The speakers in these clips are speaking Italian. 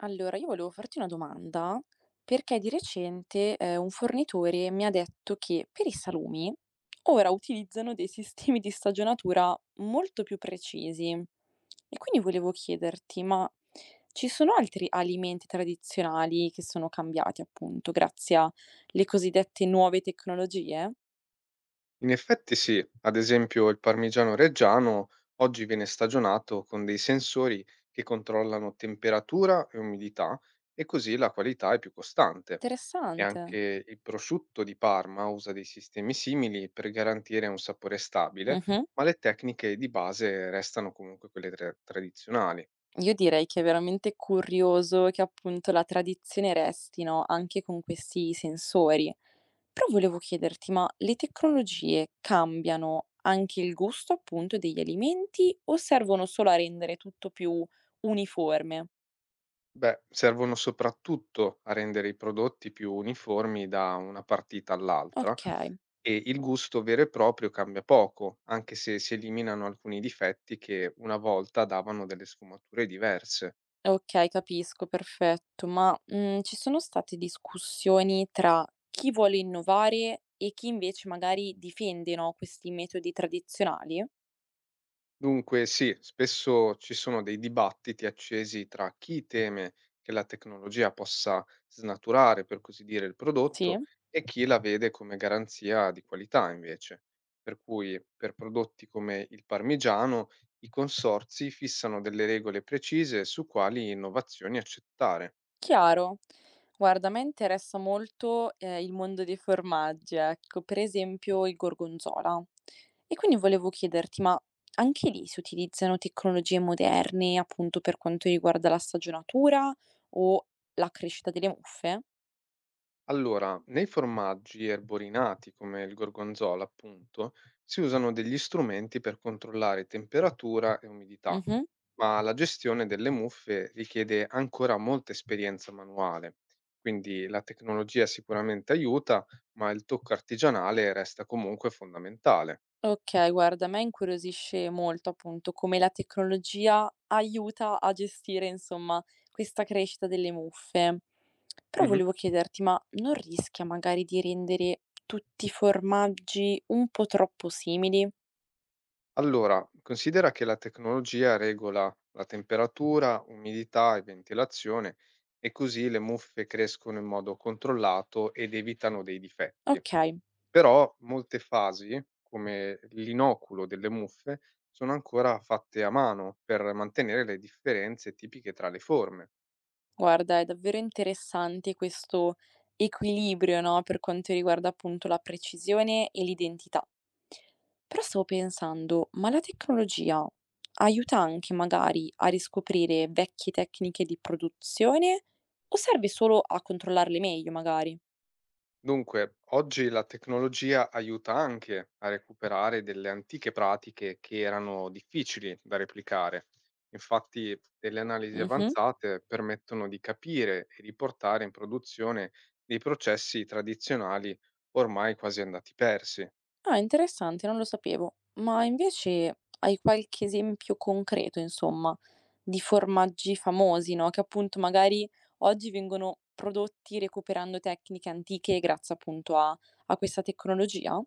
Allora, io volevo farti una domanda perché di recente un fornitore mi ha detto che per i salumi ora utilizzano dei sistemi di stagionatura molto più precisi. E quindi volevo chiederti, ma ci sono altri alimenti tradizionali che sono cambiati appunto grazie alle cosiddette nuove tecnologie? In effetti sì, ad esempio il parmigiano reggiano oggi viene stagionato con dei sensori che controllano temperatura e umidità e così la qualità è più costante. E Interessante. anche il prosciutto di Parma usa dei sistemi simili per garantire un sapore stabile, Mhm. ma le tecniche di base restano comunque quelle tradizionali. Io direi che è veramente curioso che appunto la tradizione resti, no, anche con questi sensori. Però volevo chiederti, ma le tecnologie cambiano anche il gusto appunto degli alimenti o servono solo a rendere tutto più uniforme? Beh, servono soprattutto a rendere i prodotti più uniformi da una partita all'altra Okay, e il gusto vero e proprio cambia poco, anche se si eliminano alcuni difetti che una volta davano delle sfumature diverse. okay, capisco, perfetto. Ma, ci sono state discussioni tra chi vuole innovare e chi invece magari difende, no, questi metodi tradizionali? Dunque, sì, spesso ci sono dei dibattiti accesi tra chi teme che la tecnologia possa snaturare, per così dire, il Sì? prodotto e chi la vede come garanzia di qualità, invece. Per cui, per prodotti come il parmigiano, i consorzi fissano delle regole precise su quali innovazioni accettare. Chiaro. Guarda, a me interessa molto, il mondo dei formaggi, ecco, per esempio il gorgonzola. E quindi volevo chiederti, ma anche lì si utilizzano tecnologie moderne, appunto, per quanto riguarda la stagionatura o la crescita delle muffe? Allora, nei formaggi erborinati come il gorgonzola, appunto, si usano degli strumenti per controllare temperatura e umidità. Mh-mh. Ma la gestione delle muffe richiede ancora molta esperienza manuale, quindi la tecnologia sicuramente aiuta, ma il tocco artigianale resta comunque fondamentale. Okay, guarda, a me incuriosisce molto, appunto, come la tecnologia aiuta a gestire, insomma, questa crescita delle muffe. Però Mhm. volevo chiederti, ma non rischia magari di rendere tutti i formaggi un po' troppo simili? Allora, considera che la tecnologia regola la temperatura, umidità e ventilazione e così le muffe crescono in modo controllato ed evitano dei difetti. Okay. Però molte fasi, come l'inoculo delle muffe, sono ancora fatte a mano per mantenere le differenze tipiche tra le forme. Guarda, è davvero interessante questo equilibrio, no, per quanto riguarda appunto la precisione e l'identità. Però stavo pensando, ma la tecnologia aiuta anche magari a riscoprire vecchie tecniche di produzione o serve solo a controllarle meglio, magari? Dunque, oggi la tecnologia aiuta anche a recuperare delle antiche pratiche che erano difficili da replicare. Infatti, delle analisi Mhm. avanzate permettono di capire e riportare in produzione dei processi tradizionali ormai quasi andati persi. Ah, interessante, non lo sapevo. Ma invece hai qualche esempio concreto, insomma, di formaggi famosi, no, che appunto magari oggi vengono prodotti recuperando tecniche antiche grazie appunto a questa tecnologia?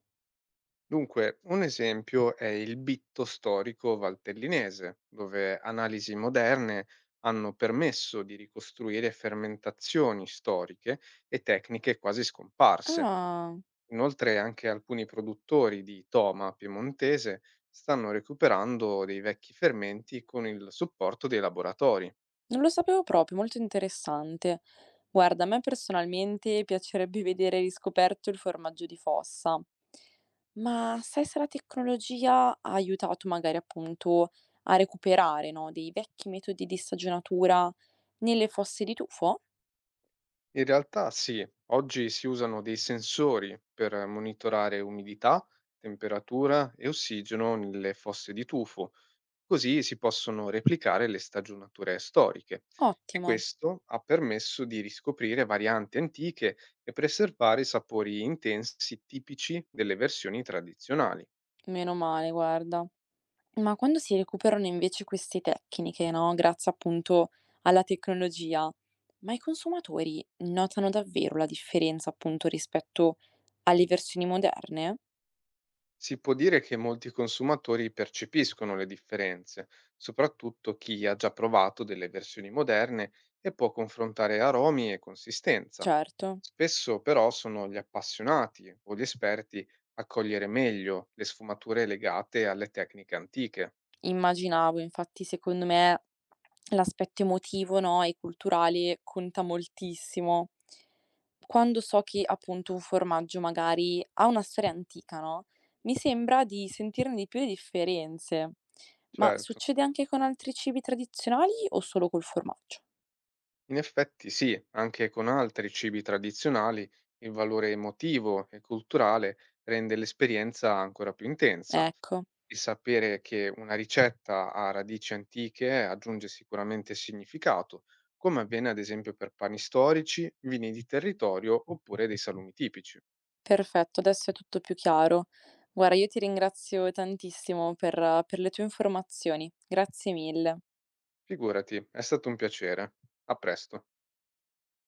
Dunque, un esempio è il Bitto storico valtellinese, dove analisi moderne hanno permesso di ricostruire fermentazioni storiche e tecniche quasi scomparse. Ah. Inoltre, anche alcuni produttori di toma piemontese stanno recuperando dei vecchi fermenti con il supporto dei laboratori. Non lo sapevo proprio, molto interessante. Guarda, a me personalmente piacerebbe vedere riscoperto il formaggio di fossa, ma sai se la tecnologia ha aiutato magari appunto a recuperare, no, dei vecchi metodi di stagionatura nelle fosse di tufo? In realtà sì, oggi si usano dei sensori per monitorare umidità, temperatura e ossigeno nelle fosse di tufo, così si possono replicare le stagionature storiche. E Ottimo, questo ha permesso di riscoprire varianti antiche e preservare i sapori intensi tipici delle versioni tradizionali. meno male, guarda. Ma quando si recuperano invece queste tecniche, no, grazie appunto alla tecnologia, ma i consumatori notano davvero la differenza appunto rispetto alle versioni moderne? Si può dire che molti consumatori percepiscono le differenze, soprattutto chi ha già provato delle versioni moderne e può confrontare aromi e consistenza. Certo. Spesso però sono gli appassionati o gli esperti a cogliere meglio le sfumature legate alle tecniche antiche. Immaginavo, infatti secondo me l'aspetto emotivo, no, e culturale conta moltissimo. Quando so che appunto un formaggio magari ha una storia antica, no, mi sembra di sentirne di più le differenze. Ma Certo. succede anche con altri cibi tradizionali o solo col formaggio? In effetti sì, anche con altri cibi tradizionali il valore emotivo e culturale rende l'esperienza ancora più intensa. Ecco, E sapere che una ricetta ha radici antiche aggiunge sicuramente significato, come avviene ad esempio per pani storici, vini di territorio oppure dei salumi tipici. perfetto, adesso è tutto più chiaro. Guarda, io ti ringrazio tantissimo per le tue informazioni. Grazie mille. Figurati, è stato un piacere. A presto.